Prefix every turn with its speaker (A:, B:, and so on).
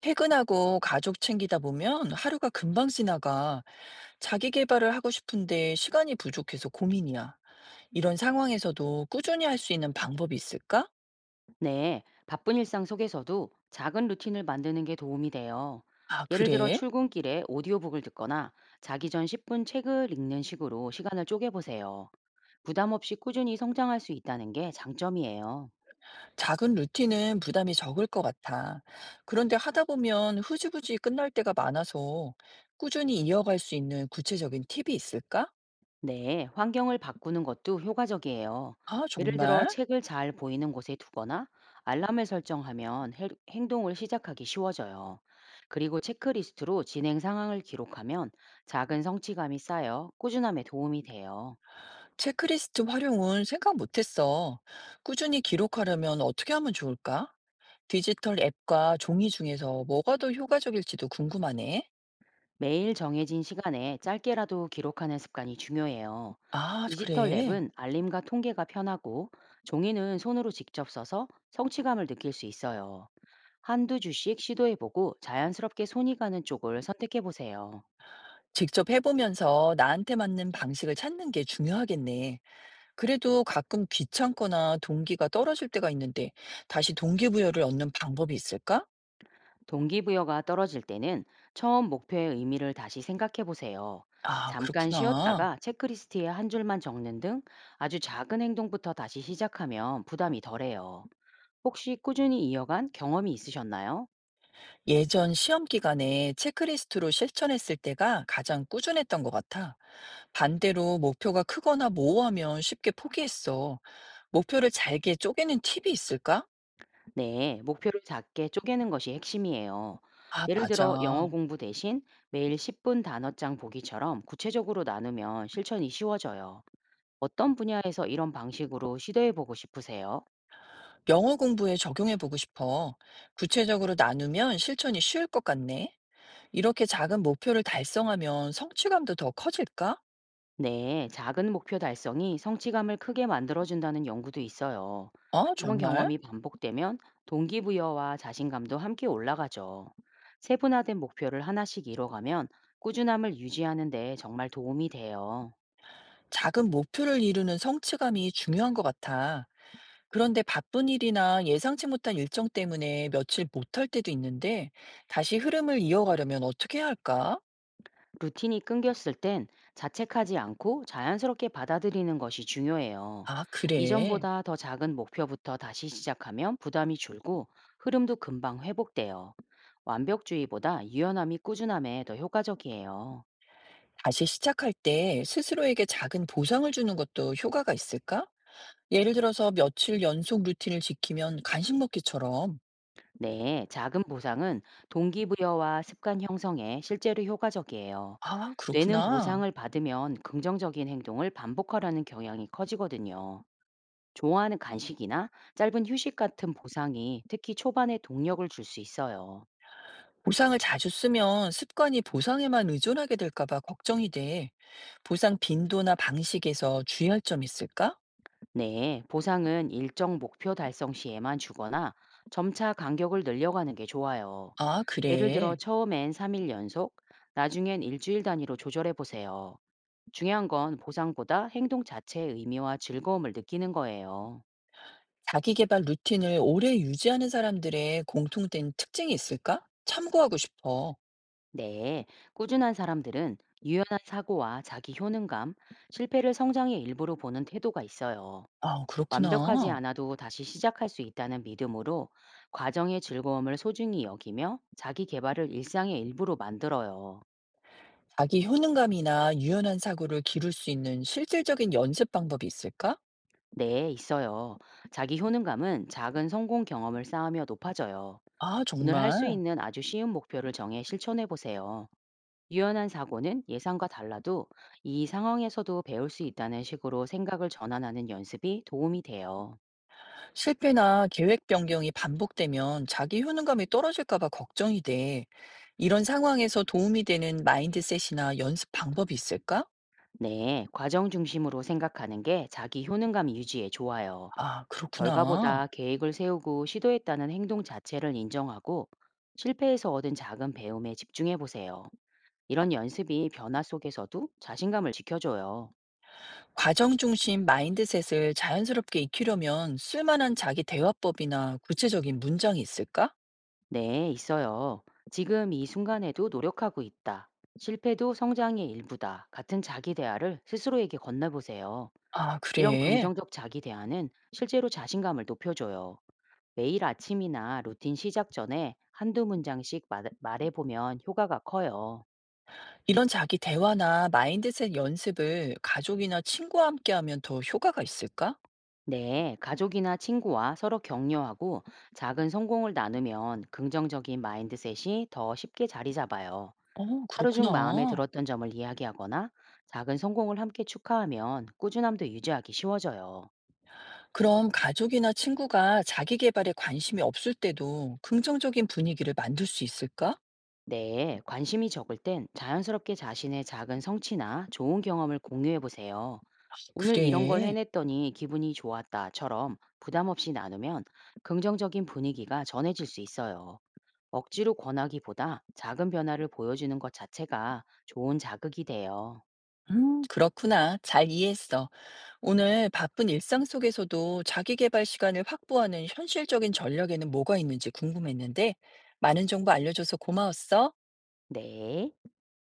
A: 퇴근하고 가족 챙기다 보면 하루가 금방 지나가. 자기 개발을 하고 싶은데 시간이 부족해서 고민이야. 이런 상황에서도 꾸준히 할 수 있는 방법이 있을까?
B: 네, 바쁜 일상 속에서도 작은 루틴을 만드는 게 도움이 돼요.
A: 아,
B: 예를 들어
A: 그래?
B: 출근길에 오디오북을 듣거나 자기 전 10분 책을 읽는 식으로 시간을 쪼개보세요. 부담 없이 꾸준히 성장할 수 있다는 게 장점이에요.
A: 작은 루틴은 부담이 적을 것 같아. 그런데 하다 보면 흐지부지 끝날 때가 많아서 꾸준히 이어갈 수 있는 구체적인 팁이 있을까?
B: 네, 환경을 바꾸는 것도 효과적이에요.
A: 아,
B: 예를 들어
A: 정말?
B: 책을 잘 보이는 곳에 두거나 알람을 설정하면 행동을 시작하기 쉬워져요. 그리고 체크리스트로 진행 상황을 기록하면 작은 성취감이 쌓여 꾸준함에 도움이 돼요.
A: 체크리스트 활용은 생각 못했어. 꾸준히 기록하려면 어떻게 하면 좋을까? 디지털 앱과 종이 중에서 뭐가 더 효과적일지도 궁금하네.
B: 매일 정해진 시간에 짧게라도 기록하는 습관이 중요해요.
A: 아,
B: 디지털
A: 그래.
B: 랩은 알림과 통계가 편하고 종이는 손으로 직접 써서 성취감을 느낄 수 있어요. 한두 주씩 시도해보고 자연스럽게 손이 가는 쪽을 선택해보세요.
A: 직접 해보면서 나한테 맞는 방식을 찾는 게 중요하겠네. 그래도 가끔 귀찮거나 동기가 떨어질 때가 있는데 다시 동기부여를 얻는 방법이 있을까?
B: 동기부여가 떨어질 때는 처음 목표의 의미를 다시 생각해보세요.
A: 아,
B: 잠깐
A: 그렇구나.
B: 쉬었다가 체크리스트에 한 줄만 적는 등 아주 작은 행동부터 다시 시작하면 부담이 덜해요. 혹시 꾸준히 이어간 경험이 있으셨나요?
A: 예전 시험 기간에 체크리스트로 실천했을 때가 가장 꾸준했던 것 같아. 반대로 목표가 크거나 모호하면 쉽게 포기했어. 목표를 잘게 쪼개는 팁이 있을까?
B: 네, 목표를 작게 쪼개는 것이 핵심이에요.
A: 아,
B: 예를
A: 맞아.
B: 들어 영어 공부 대신 매일 10분 단어장 보기처럼 구체적으로 나누면 실천이 쉬워져요. 어떤 분야에서 이런 방식으로 시도해 보고 싶으세요?
A: 영어 공부에 적용해 보고 싶어. 구체적으로 나누면 실천이 쉬울 것 같네. 이렇게 작은 목표를 달성하면 성취감도 더 커질까?
B: 네, 작은 목표 달성이 성취감을 크게 만들어준다는 연구도 있어요.
A: 어,
B: 이런
A: 정말?
B: 경험이 반복되면 동기부여와 자신감도 함께 올라가죠. 세분화된 목표를 하나씩 이뤄가면 꾸준함을 유지하는 데 정말 도움이 돼요.
A: 작은 목표를 이루는 성취감이 중요한 것 같아. 그런데 바쁜 일이나 예상치 못한 일정 때문에 며칠 못할 때도 있는데 다시 흐름을 이어가려면 어떻게 해야 할까?
B: 루틴이 끊겼을 땐 자책하지 않고 자연스럽게 받아들이는 것이 중요해요.
A: 아, 그래.
B: 이전보다 더 작은 목표부터 다시 시작하면 부담이 줄고 흐름도 금방 회복돼요. 완벽주의보다 유연함이 꾸준함에 더 효과적이에요.
A: 다시 시작할 때 스스로에게 작은 보상을 주는 것도 효과가 있을까? 예를 들어서 며칠 연속 루틴을 지키면 간식 먹기처럼
B: 네, 작은 보상은 동기부여와 습관 형성에 실제로 효과적이에요.
A: 아,
B: 뇌는
A: 그렇구나.
B: 보상을 받으면 긍정적인 행동을 반복하려는 경향이 커지거든요. 좋아하는 간식이나 짧은 휴식 같은 보상이 특히 초반에 동력을 줄 수 있어요.
A: 보상을 자주 쓰면 습관이 보상에만 의존하게 될까 봐 걱정이 돼. 보상 빈도나 방식에서 주의할 점 있을까?
B: 네, 보상은 일정 목표 달성 시에만 주거나 점차 간격을 늘려가는 게 좋아요.
A: 아,
B: 예를 들어
A: 그래.
B: 처음엔 3일 연속, 나중엔 일주일 단위로 조절해 보세요. 중요한 건 보상보다 행동 자체의 의미와 즐거움을 느끼는 거예요.
A: 자기 개발 루틴을 오래 유지하는 사람들의 공통된 특징이 있을까? 참고하고 싶어.
B: 네, 꾸준한 사람들은 유연한 사고와 자기 효능감, 실패를 성장의 일부로 보는 태도가 있어요.
A: 아,
B: 완벽하지
A: 그렇구나.
B: 않아도 다시 시작할 수 있다는 믿음으로 과정의 즐거움을 소중히 여기며 자기 개발을 일상의 일부로 만들어요.
A: 자기 효능감이나 유연한 사고를 기를 수 있는 실질적인 연습 방법이 있을까?
B: 네, 있어요. 자기 효능감은 작은 성공 경험을 쌓으며 높아져요.
A: 아,
B: 오늘 할
A: 정말.
B: 수 있는 아주 쉬운 목표를 정해 실천해 보세요. 유연한 사고는 예상과 달라도 이 상황에서도 배울 수 있다는 식으로 생각을 전환하는 연습이 도움이 돼요.
A: 실패나 계획 변경이 반복되면 자기 효능감이 떨어질까 봐 걱정이 돼. 이런 상황에서 도움이 되는 마인드셋이나 연습 방법이 있을까?
B: 네, 과정 중심으로 생각하는 게 자기 효능감 유지에 좋아요.
A: 아, 그렇구나.
B: 결과보다 계획을 세우고 시도했다는 행동 자체를 인정하고 실패에서 얻은 작은 배움에 집중해 보세요. 이런 연습이 변화 속에서도 자신감을 지켜줘요.
A: 과정 중심 마인드셋을 자연스럽게 익히려면 쓸만한 자기 대화법이나 구체적인 문장이 있을까?
B: 네, 있어요. 지금 이 순간에도 노력하고 있다. 실패도 성장의 일부다. 같은 자기 대화를 스스로에게 건네보세요.
A: 아,
B: 이런
A: 그래.
B: 긍정적 자기 대화는 실제로 자신감을 높여줘요. 매일 아침이나 루틴 시작 전에 한두 문장씩 말해보면 효과가 커요.
A: 이런 자기 대화나 마인드셋 연습을 가족이나 친구와 함께 하면 더 효과가 있을까?
B: 네, 가족이나 친구와 서로 격려하고 작은 성공을 나누면 긍정적인 마인드셋이 더 쉽게 자리 잡아요.
A: 어,
B: 하루 중 마음에
A: 그렇구나.
B: 들었던 점을 이야기하거나 작은 성공을 함께 축하하면 꾸준함도 유지하기 쉬워져요.
A: 그럼 가족이나 친구가 자기 개발에 관심이 없을 때도 긍정적인 분위기를 만들 수 있을까?
B: 네, 관심이 적을 땐 자연스럽게 자신의 작은 성취나 좋은 경험을 공유해 보세요. 오늘 이런 걸
A: 그래.
B: 해냈더니 기분이 좋았다처럼 부담 없이 나누면 긍정적인 분위기가 전해질 수 있어요. 억지로 권하기보다 작은 변화를 보여주는 것 자체가 좋은 자극이 돼요.
A: 그렇구나. 잘 이해했어. 오늘 바쁜 일상 속에서도 자기 개발 시간을 확보하는 현실적인 전략에는 뭐가 있는지 궁금했는데, 많은 정보 알려줘서 고마웠어.
B: 네.